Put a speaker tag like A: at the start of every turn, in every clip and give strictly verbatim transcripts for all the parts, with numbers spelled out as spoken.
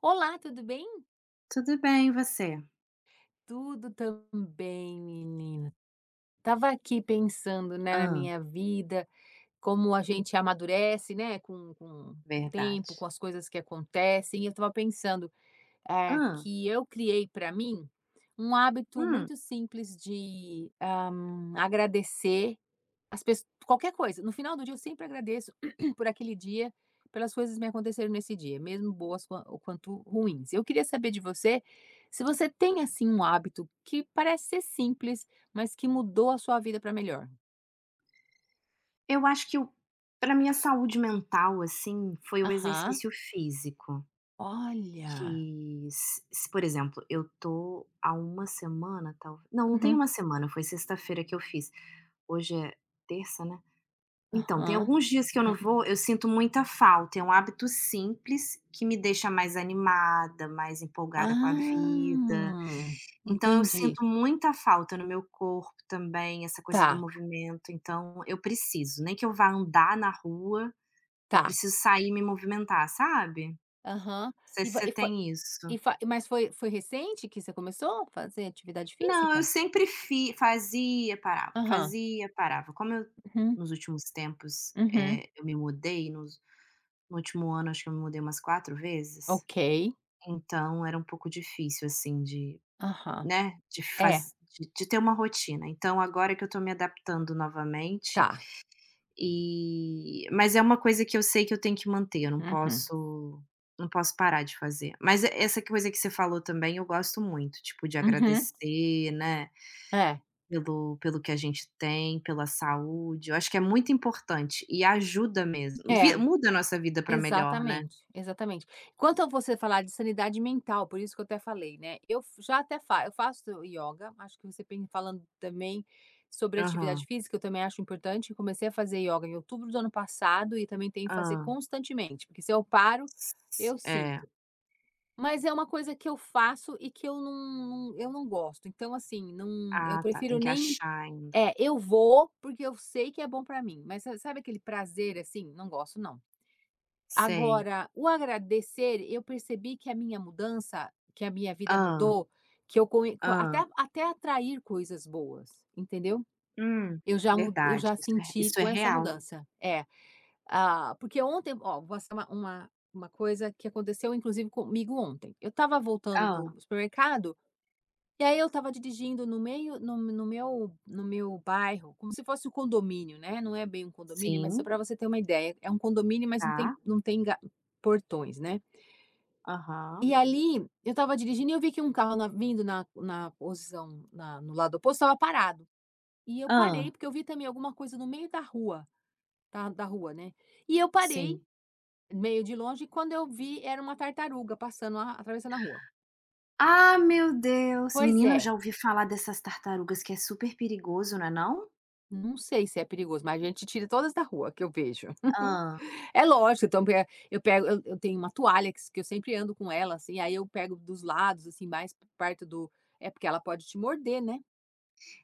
A: Olá, tudo bem?
B: Tudo bem, e você?
A: Tudo também, menina. Tava aqui pensando, né, na
B: Ah,
A: minha vida, como a gente amadurece, né, com, com o tempo, com
B: verdade.
A: as coisas que acontecem. E eu tava pensando, eh,
B: Ah.
A: que eu criei para mim um hábito
B: Hum".
A: muito simples de, ah, agradecer As pesso qualquer coisa, no final do dia eu sempre agradeço por aquele dia, pelas coisas que me aconteceram nesse dia, mesmo boas qua o quanto ruins. Eu queria saber de você, se você tem, assim, um hábito que parece ser simples, mas que mudou a sua vida para melhor.
B: Eu acho que para minha saúde mental, assim, foi o
A: Aham.
B: exercício físico,
A: Olha.
B: que se se, por exemplo, eu tô há uma semana, talvez não, não tem
A: Uhum.
B: uma semana, foi sexta-feira que eu fiz. Hoje é terça, né? Então, tem
A: Aham.
B: alguns dias que eu não
A: Uhum.
B: vou, eu sinto muita falta. É um hábito simples que me deixa mais animada, mais empolgada com a vida.
A: Ah,
B: Então, eu
A: entendi.
B: sinto muita falta no meu corpo também, essa coisa
A: Tá,
B: do movimento. Então, eu preciso, nem que eu vá andar na rua, eu
A: tá.
B: preciso sair e me movimentar, sabe?
A: Aham.
B: Não sei
A: E
B: se
A: vo
B: você
A: e foi
B: tem isso.
A: e fa mas foi foi recente que você começou a fazer atividade
B: Não, eu
A: física?
B: sempre fi fazia, parava,
A: Aham.
B: fazia, parava. Como eu,
A: Uhum.
B: nos últimos tempos,
A: Uhum.
B: eh, eu me mudei, nos no último ano, acho que eu me mudei umas quatro vezes,
A: Ok.
B: então era um pouco difícil, assim, de
A: Aham.
B: né, de
A: É,
B: faz de de ter uma rotina. Então agora que eu tô me adaptando novamente,
A: tá.
B: e mas é uma coisa que eu sei que eu tenho que manter, eu não
A: Uhum.
B: posso não posso parar de fazer. Mas e essa coisa que você falou também, eu gosto muito, tipo, de
A: Uhum.
B: agradecer, né,
A: É,
B: pelo pelo que a gente tem, pela saúde, eu acho que é muito importante e ajuda mesmo.
A: é,
B: Vi Muda a nossa vida pra melhor, né.
A: exatamente, exatamente. Quanto a você falar de sanidade mental, por isso que eu até falei, né, eu f já até fa eu faço ioga, acho que você pen falando também sobre atividade
B: Aham.
A: física, eu também acho importante, eu comecei a fazer ioga em outubro do ano passado e também tenho que fazer constantemente, porque se eu paro, eu
B: É.
A: sinto. Mas é uma coisa que eu faço e que eu não não eu não gosto, então assim, não eu
B: Ah, tá,
A: prefiro
B: tem que
A: nem.
B: achar ainda.
A: É, eu vou porque eu sei que é bom pra mim, mas sa sabe aquele prazer, assim? Não gosto não.
B: Sei.
A: Agora, o agradecer, eu percebi que a minha mudança, que a minha vida
B: Hã,
A: mudou, que eu come co até
B: hã.
A: até atrair coisas boas, entendeu?
B: Hum,
A: Eu já mu eu
B: verdade,
A: já
B: isso é
A: senti
B: isso é
A: com essa
B: real.
A: mudança. É, ah, porque ontem ó, vou passar uma uma uma coisa que aconteceu inclusive comigo ontem. Eu estava voltando do
B: Hã.
A: supermercado e aí eu estava dirigindo no meio no no meu no meu bairro, como se fosse um condomínio, né, não é bem um condomínio, mas só
B: Sim,
A: para você ter uma ideia, é um condomínio, mas não tem
B: tá.
A: não tem ga portões, né. E
B: Aham.
A: ali eu estava dirigindo e eu vi que um carro na vindo na na posição na no lado oposto estava parado. E eu
B: Hã.
A: parei, porque eu vi também alguma coisa no meio da rua, da da rua, né. E eu parei,
B: Sim.
A: meio de longe, e quando eu vi era uma tartaruga passando a atravessando a rua.
B: Ah, meu Deus!
A: Pois
B: Menina, eu já
A: é,
B: ouvi falar dessas tartarugas que é super perigoso, não é não?
A: não sei se é perigoso, mas a gente tira todas da rua que eu vejo.
B: Hã.
A: É lógico, então pe eu pego, eu eu tenho uma toalha que s que eu sempre ando com ela, assim, aí eu pego dos lados, assim, mais perto do. É porque ela pode te morder, né.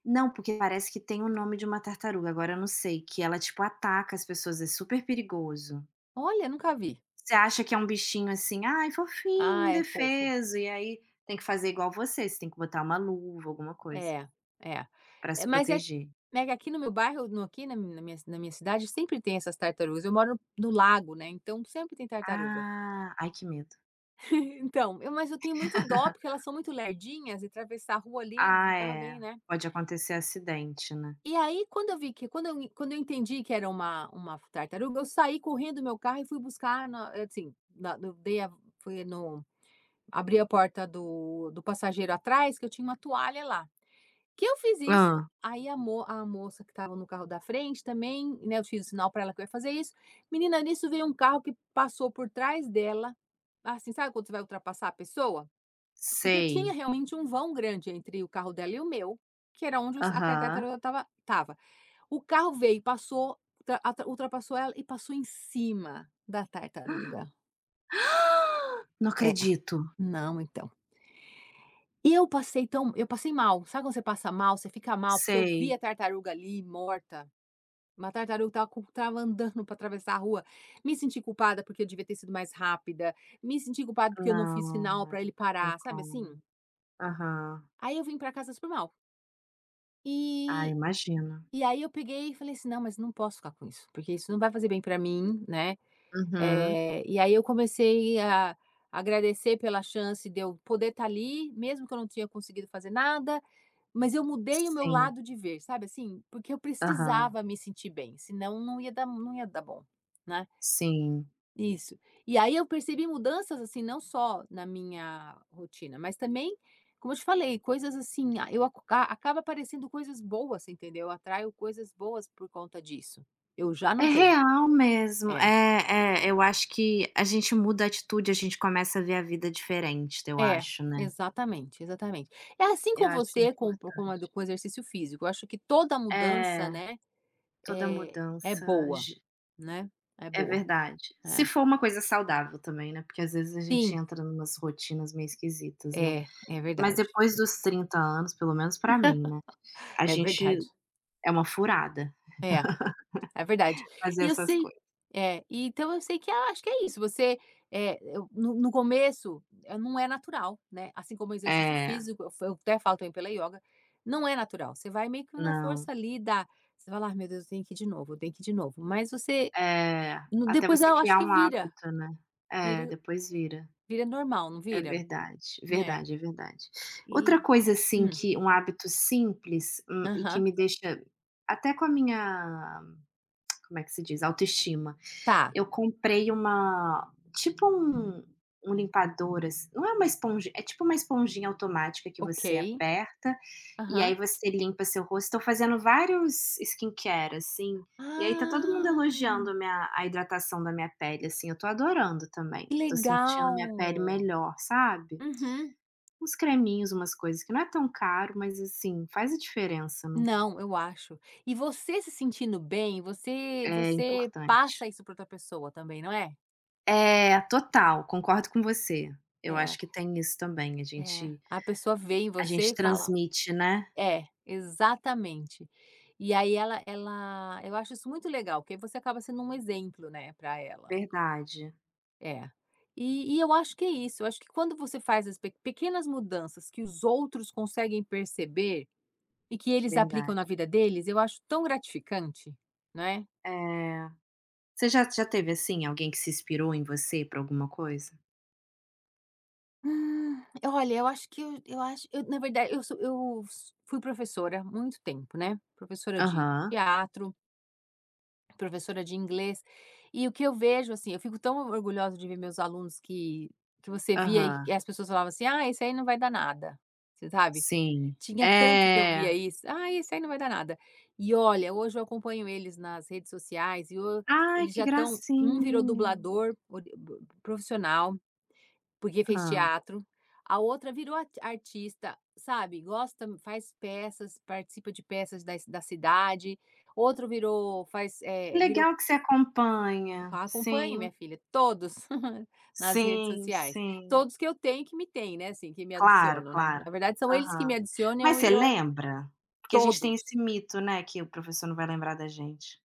B: Não, porque parece que tem o nome de uma tartaruga, agora eu não sei, que ela, tipo, ataca as pessoas, é super perigoso.
A: Olha, nunca vi.
B: Você acha que é um bichinho assim, ai, fofinho,
A: Ah, é fofo.
B: indefeso, e aí tem que fazer igual você, você tem que botar uma luva, alguma coisa,
A: É, é.
B: pra
A: É,
B: se
A: mas é
B: proteger.
A: é que aqui no meu bairro, no aqui na mi- na minha na minha cidade sempre tem essas tartarugas, eu moro no lago, né, então sempre tem tartaruga.
B: Ah, ai, que medo.
A: Então, eu mas eu tenho muito dó, porque elas são muito lerdinhas e atravessar a rua ali, o
B: Ah,
A: carro vem,
B: é,
A: né.
B: pode acontecer acidente, né.
A: E aí, quando eu vi que quando eu quando eu entendi que era uma uma tartaruga, eu saí correndo do meu carro e fui buscar na assim, na no dei a fui no abri a porta do do passageiro atrás, que eu tinha uma toalha lá. Que eu fiz isso,
B: Hã,
A: aí a mo a moça que estava no carro da frente também, né, eu fiz o sinal para ela que eu ia fazer isso. Menina, nisso veio um carro que passou por trás dela, assim, sabe quando você vai ultrapassar a pessoa? Porque tinha
B: sei,
A: realmente um vão grande entre o carro dela e o meu, que era onde os a
B: aham.
A: tartaruga estava. O carro veio, passou, ultra atra ultrapassou ela e passou em cima da tartaruga.
B: Não
A: É,
B: acredito.
A: não, então. Eu passei tão eu passei mal. Sabe quando você passa mal, você fica mal? Porque eu vi
B: Sei.
A: a tartaruga ali morta. Uma tartaruga estava com estava andando para atravessar a rua. Me senti culpada porque eu devia ter sido mais rápida, me senti culpada porque eu não fiz sinal
B: Não, é,
A: para ele
B: não tem
A: parar, sabe assim?
B: como. Aham.
A: Aí eu vim para casa super mal.
B: Ah,
A: E
B: imagino.
A: e aí eu peguei e falei assim: "Não, mas não posso ficar com isso, porque isso não vai fazer bem para mim, né."
B: Uhum.
A: Eh, e aí eu comecei a agradecer pela chance de eu poder estar ali, mesmo que eu não tinha conseguido fazer nada, mas eu mudei o meu
B: Sim.
A: lado de ver, sabe, assim, porque eu
B: Aham.
A: precisava me sentir bem, senão não ia dar não ia dar bom, né.
B: Sim.
A: Isso. E aí eu percebi mudanças, assim, não só na minha rotina, mas também, como eu te falei, coisas assim, a eu aca acaba aparecendo coisas boas, entendeu. Eu atraio coisas boas por conta disso. Eu já
B: É
A: notei.
B: real mesmo.
A: É.
B: É, é, eu acho que a gente muda a atitude, a gente começa a ver a vida diferente, eu
A: É,
B: acho, né.
A: exatamente, exatamente. É assim
B: Eu
A: com
B: acho que é
A: você, com com a
B: importante.
A: com o exercício físico, eu acho que toda mudança,
B: É,
A: né,
B: toda
A: é é
B: mudança
A: boa,
B: ge
A: né, é
B: é
A: boa.
B: verdade. Se
A: É.
B: for uma coisa saudável também, né, porque às vezes a gente
A: Sim,
B: entra numas rotinas meio esquisitas, né.
A: é, é
B: Mas
A: verdade,
B: depois dos trinta anos, pelo menos pra mim, né, a
A: é
B: gente
A: verdade.
B: é uma furada
A: É, é verdade.
B: fazer
A: E eu
B: essas
A: sei
B: coisas.
A: é, e então eu sei que eu acho que é isso, você, é, eu no no começo, eh, não é natural, né, assim como o exercício
B: É,
A: físico, eu fa- eu até falo também pela ioga, não é natural, você vai meio que na
B: não.
A: força ali da você fala: "Ai meu Deus, eu tenho que ir de novo, eu tenho que ir de novo", mas você.
B: É,
A: No
B: até
A: depois
B: você
A: eu acho
B: criar
A: que
B: um
A: vira,
B: hábito, né. É,
A: vira
B: depois vira.
A: vira normal, não
B: É
A: vira?
B: verdade,
A: É.
B: verdade, é verdade. Outra
A: E
B: coisa, assim,
A: Hum.
B: que um hábito simples, hum, e que
A: Aham.
B: me deixa até com a minha, como é que se diz? Autoestima.
A: Tá,
B: Eu comprei uma tipo um um limpador, assim, não é uma esponja, é tipo uma esponjinha automática que
A: ok.
B: você aperta, e
A: Aham.
B: aí você limpa seu rosto. Estou fazendo vários skincare, assim, e aí tá todo mundo
A: Ah,
B: elogiando a minha a hidratação da minha pele, assim, eu tô adorando também,
A: que
B: que tô sentindo minha pele
A: legal.
B: melhor, sabe?
A: Uhum.
B: Uns creminhos, umas coisas que não é tão caro, mas assim, faz a diferença, né,
A: Não, eu acho. E você se sentindo bem, você
B: é
A: você
B: importante.
A: passa isso para outra pessoa também, não é?
B: É, total, concordo com você. Eu
A: É,
B: acho que tem isso também, a
A: é.
B: gente
A: A pessoa vê em
B: a
A: você e
B: gente
A: fala
B: transmite, né.
A: é, exatamente. E aí ela ela eu acho isso muito legal, porque aí você acaba sendo um exemplo, né, para ela.
B: Verdade,
A: É. E e eu acho que é isso, eu acho que quando você faz as pe pequenas mudanças que os outros conseguem perceber e que eles aplicam na
B: verdade.
A: vida deles, eu acho tão gratificante, né.
B: É. Você já já teve, assim, alguém que se inspirou em você para alguma coisa?
A: Hum, olha, eu acho que eu eu acho eu, na verdade, eu sou eu s fui professora há muito tempo, né, professora de
B: Aham,
A: teatro, professora de inglês, e o que eu vejo, assim, eu fico tão orgulhosa de ver meus alunos que que você via e que
B: aham.
A: as pessoas falavam assim: "Ah, esse aí não vai dar nada", você sabe?
B: Sim.
A: Tinha tanto que eu via
B: É.
A: isso. "Ah, esse aí não vai dar nada". E olha, hoje eu acompanho eles nas redes sociais e ho
B: Ai,
A: eles
B: que
A: já estão, um virou
B: gracinha.
A: dublador ori bo profissional, porque fez
B: Hã.
A: teatro, a outra virou ati artista, sabe, gosta, faz peças, participa de peças da da cidade, outro virou faz,
B: Que
A: eh, virou
B: legal que você acompanha.
A: Acompanho
B: Sim,
A: minha filha, todos nas redes
B: sim,
A: sociais.
B: sim.
A: Todos que eu tenho e que me têm, né, assim, que me
B: Claro,
A: adicionam, né.
B: claro.
A: Na verdade são eles que me
B: Aham. Mas
A: adicionam e
B: você
A: eu a
B: lembra? Porque a gente tem esse
A: todos.
B: mito, né, que o professor não vai lembrar da gente.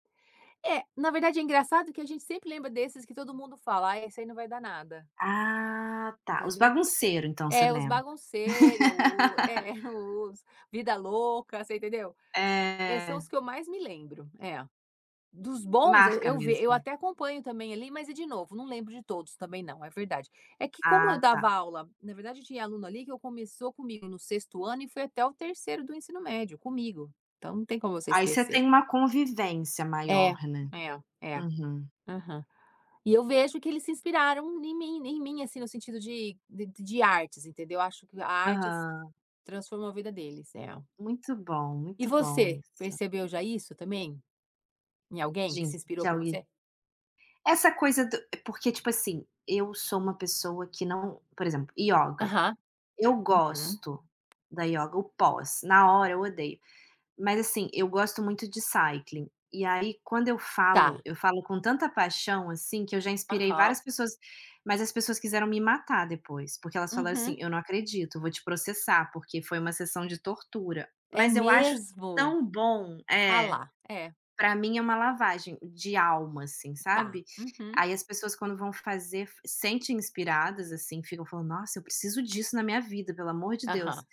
A: É, na verdade é engraçado que a gente sempre lembra desses que todo mundo fala: "Ah, esse aí não vai dar nada",
B: Ah, tá. Os
A: entendeu.
B: bagunceiros, então, você
A: É, os
B: lembra?
A: bagunceiros, o é, os vida louca, você entendeu? Eh, são
B: É,
A: os que eu mais me lembro. É. Dos bons eu
B: marca
A: eu ve eu
B: mesmo.
A: até acompanho também ali, mas é de novo, não lembro de todos também não, é verdade. É que como eu
B: Ah, tá.
A: dava aula, na verdade tinha aluno ali que eu começou comigo no sexto ano e foi até o terceiro do ensino médio comigo, então não tem como você
B: Aí você
A: esquecer.
B: tem uma convivência
A: É,
B: maior, né.
A: é, é.
B: Uhum.
A: Aham. E eu vejo que eles se inspiraram em mim em mim, assim, no sentido de de de artes, entendeu? Acho que a artes
B: Aham.
A: transformou a vida deles, é.
B: Muito bom,
A: E
B: muito bom
A: você,
B: isso.
A: percebeu já isso também? Em alguém que se
B: Gente,
A: inspirou por
B: tchau. E
A: você?
B: essa coisa do porque, tipo assim, eu sou uma pessoa que não, por exemplo, ioga.
A: Aham,
B: Eu
A: uhum,
B: gosto da yoga, o pós, na hora eu odeio, mas assim, eu gosto muito de cycling, e aí quando eu falo,
A: tá.
B: eu falo com tanta paixão, assim, que eu já inspirei
A: Aham,
B: várias pessoas, mas as pessoas quiseram me matar depois, porque elas falaram assim:
A: uhum.
B: "Eu não acredito, eu vou te processar, porque foi uma sessão de tortura",
A: É
B: mas eu acho
A: mesmo?
B: tão bom.
A: Ah
B: É.
A: lá, é,
B: Pra mim é uma lavagem de alma, assim,
A: tá.
B: sabe.
A: Uhum,
B: Aí as pessoas quando vão fazer f sentem inspiradas, assim, ficam falando: "Nossa, eu preciso disso na minha vida, pelo amor de Deus".
A: aham.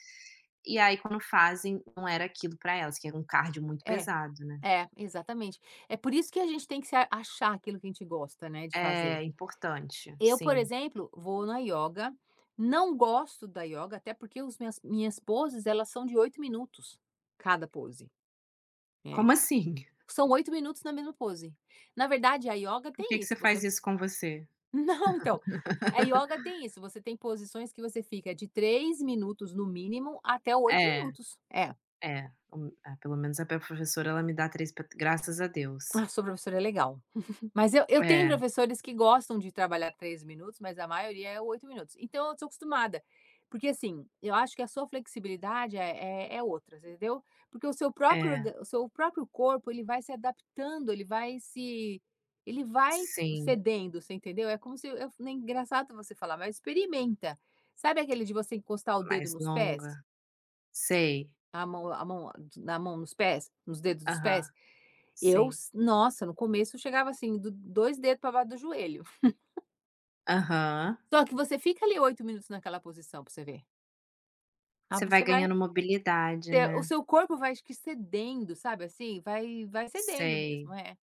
B: E aí quando fazem, não era aquilo pra elas, que era um cardio muito
A: É,
B: pesado, né.
A: é, exatamente. É por isso que a gente tem que se a- achar aquilo que a gente gosta, né, de fazer.
B: É, importante,
A: Eu, por
B: sim.
A: exemplo, vou na yoga, não gosto da yoga, até porque os minhas minhas poses, elas são de oito minutos, cada pose. É.
B: Como assim?
A: São oito minutos na mesma pose. Na verdade, a yoga
B: Por que
A: tem
B: que você
A: isso, você
B: faz isso com você?
A: não, então, a yoga tem isso, você tem posições que você fica de três minutos no mínimo até oito
B: É,
A: minutos. É.
B: é, hum, é, pelo menos a minha professora ela me dá três, pa graças a Deus.
A: Ah, sua professora é legal. Mas eu eu tenho
B: É,
A: professores que gostam de trabalhar três minutos, mas a maioria é oito minutos. Então eu sou acostumada, porque assim, eu acho que a sua flexibilidade é é é outra, entendeu? Porque o seu próprio
B: é,
A: orga o seu próprio corpo, ele vai se adaptando, ele vai se ele vai
B: sim,
A: cedendo, você entendeu? É como se eu é engraçado você falar, mas experimenta. Sabe aquele de você encostar o dedo
B: mais
A: nos pés?
B: longa. Sei,
A: A mão a mão na mão nos pés? Nos dedos dos
B: aham.
A: pés? Eu
B: Sim.
A: s Nossa, no começo eu chegava assim, do dois dedos para baixo do joelho.
B: Aham.
A: Só que você fica ali oito minutos naquela posição pra você ver. Ah,
B: Você
A: você
B: vai
A: vai
B: ganhando mobilidade,
A: ter, o
B: né.
A: seu corpo vai, acho que, cedendo, sabe, assim, vai vai cedendo
B: Sei.
A: mesmo, é.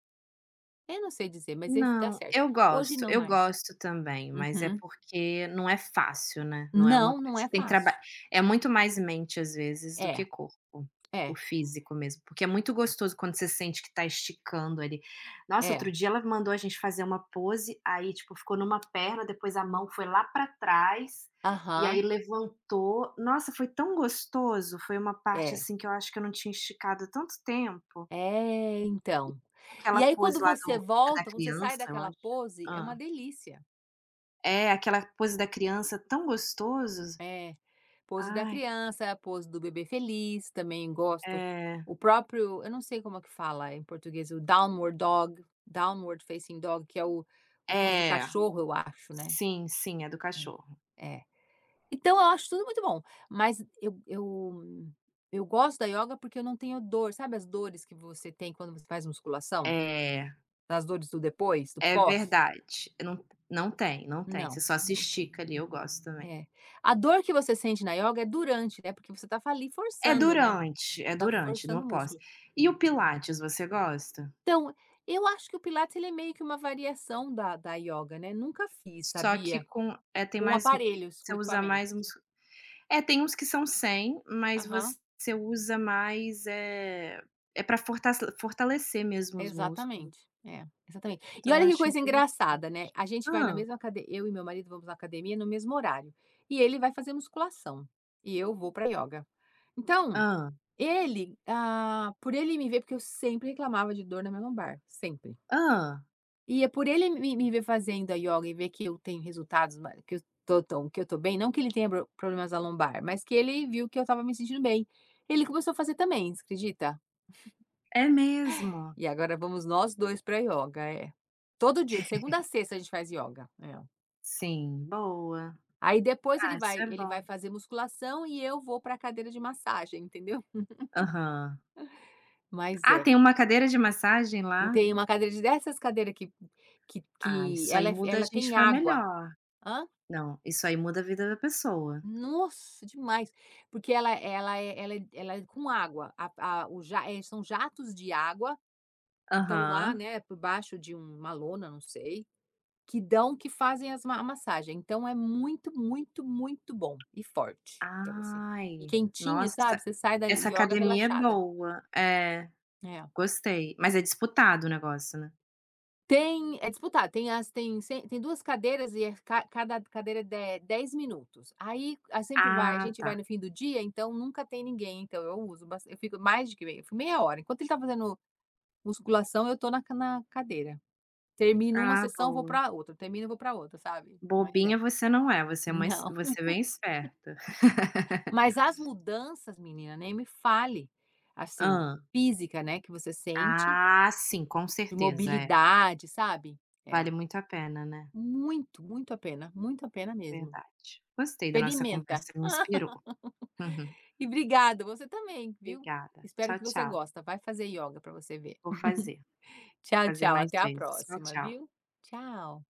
A: Eu não sei dizer, mas ele dá
B: Não,
A: certo.
B: eu
A: Hoje
B: gosto,
A: não
B: eu
A: mais.
B: gosto também, mas é
A: Uhum.
B: porque não é fácil, né, não é uma
A: Não,
B: coisa,
A: não é
B: você tem que
A: fácil.
B: trabalhar. É muito mais mente, às vezes, do
A: É,
B: que corpo,
A: é,
B: o físico mesmo, porque é muito gostoso quando você sente que tá esticando ali. Nossa,
A: é.
B: outro dia ela mandou a gente fazer uma pose, aí, tipo, ficou numa perna, depois a mão foi lá pra trás, e
A: Aham,
B: aí levantou. Nossa, foi tão gostoso, foi uma parte,
A: é.
B: assim, que eu acho que eu não tinha esticado há tanto tempo.
A: É, então. E
B: Aquela
A: aí
B: pose
A: quando
B: lá
A: você
B: do da
A: volta, quando você sai
B: criança, eu
A: daquela
B: acho.
A: pose, é uma
B: Hã.
A: delícia.
B: É, aquela coisa da criança, tão gostoso.
A: É, pose da
B: Ai,
A: criança, pose do bebê feliz, também gosto.
B: é.
A: O próprio, eu não sei como é que fala em português, o downward dog, downward facing dog, que é o, o pose do
B: É,
A: cachorro, eu acho, né?
B: sim, sim, é do cachorro.
A: É, é. Então eu acho tudo muito bom, mas eu, eu, eu gosto da yoga porque eu não tenho dor. Sabe as dores que você tem quando você faz musculação?
B: É,
A: As dores do depois, do
B: é
A: pós?
B: verdade. Não, não tem, não tem,
A: Não,
B: você só se
A: não tem.
B: estica ali, eu gosto também.
A: É. A dor que você sente na yoga é durante, né? Porque você tá ali
B: É
A: forçando, né?
B: durante, é
A: Você tá
B: durante, não
A: forçando o
B: posso.
A: músculo.
B: E o pilates, você gosta?
A: Então, eu acho que o pilates ele é meio que uma variação da da ioga, né, nunca fiz,
B: Só que
A: sabia?
B: com, é, tem
A: Com
B: mais,
A: aparelhos, com
B: você usa mais
A: equipamentos.
B: músculo, é, tem uns que são sem, mas
A: Aham,
B: você usa mais, é é para fortale fortalecer mesmo os músculos,
A: exatamente. É, exatamente. E
B: então eu
A: olha que
B: acho
A: coisa
B: interessante.
A: engraçada, né, a gente vai na
B: Hã,
A: mesma academia, eu e meu marido vamos na academia no mesmo horário, e ele vai fazer musculação, e eu vou pra ioga. Então,
B: hã,
A: ele, ah, por ele me ver porque eu sempre reclamava de dor na minha lombar, sempre.
B: hã.
A: E é por ele me me ver fazendo a yoga e ver que eu tenho resultados, ma que eu tô tô que eu tô bem, não que ele tenha bro problemas na lombar, mas que ele viu que eu estava me sentindo bem. Ele começou a fazer também, você acredita?
B: É mesmo?
A: E agora vamos nós dois pra yoga, é. Todo dia, de segunda a sexta a gente faz yoga, é.
B: Sim, boa.
A: Aí depois ele
B: Ah, isso
A: vai
B: é
A: ele vai
B: bom.
A: fazer musculação e eu vou pra cadeira de massagem, entendeu.
B: Aham.
A: Mas
B: Ah,
A: é,
B: tem uma cadeira de massagem
A: e
B: lá?
A: tem uma cadeira de, dessas cadeira que que
B: Ah,
A: que
B: isso aí
A: ela é
B: muda a
A: ela
B: gente
A: tem
B: pra
A: água.
B: melhor.
A: Hã?
B: Não, isso aí muda a vida da pessoa.
A: Nossa, demais. Porque ela ela é ela é ela é com água, a a o ja eh, são jatos de água que estão lá,
B: Aham.
A: né, por baixo de um- uma lona, não sei, que dão que fazem as ma a massagem. Então é muito, muito, muito bom e forte. Então, assim, e
B: Ai,
A: quentinha,
B: nossa,
A: sabe,
B: essa
A: você sai da
B: essa
A: yoga
B: academia é
A: relaxada.
B: boa. É,
A: É.
B: gostei. Mas é disputado o negócio, né?
A: Tem é disputado, tem as tem sem tem duas cadeiras e é ca cada cadeira de dez minutos. Aí a sempre vai a
B: Ah,
A: gente vai
B: tá.
A: no fim do dia, então nunca tem ninguém, então eu uso bas eu fico mais de que meia eu fico meia hora, enquanto ele tá fazendo musculação eu tô na ca na cadeira. Termino uma
B: Ah,
A: sessão, vou
B: boa.
A: pra outra, termino, vou pra outra, sabe. Mas
B: Bobinha
A: é,
B: você não é, você é uma es
A: não.
B: você é bem esperta.
A: Mas as mudanças menina, nem me fale, assim,
B: Hã.
A: física, né, que você sente,
B: Ah, sim, com
A: de
B: certeza, é.
A: mobilidade, sabe. É,
B: Vale muito a pena, né.
A: muito, muito a pena, muito a pena mesmo.
B: Verdade. Gostei da nossa
A: Experimenta.
B: conversa, me inspirou. Uhum.
A: E obrigada, você também, viu.
B: Obrigada.
A: Espero
B: Tchau,
A: que você
B: tchau.
A: gosta, vai fazer ioga para você ver.
B: Vou fazer,
A: Tchau,
B: fazer
A: tchau,
B: mais
A: até a
B: vezes. Tchau,
A: próxima,
B: tchau.
A: viu. Tchau.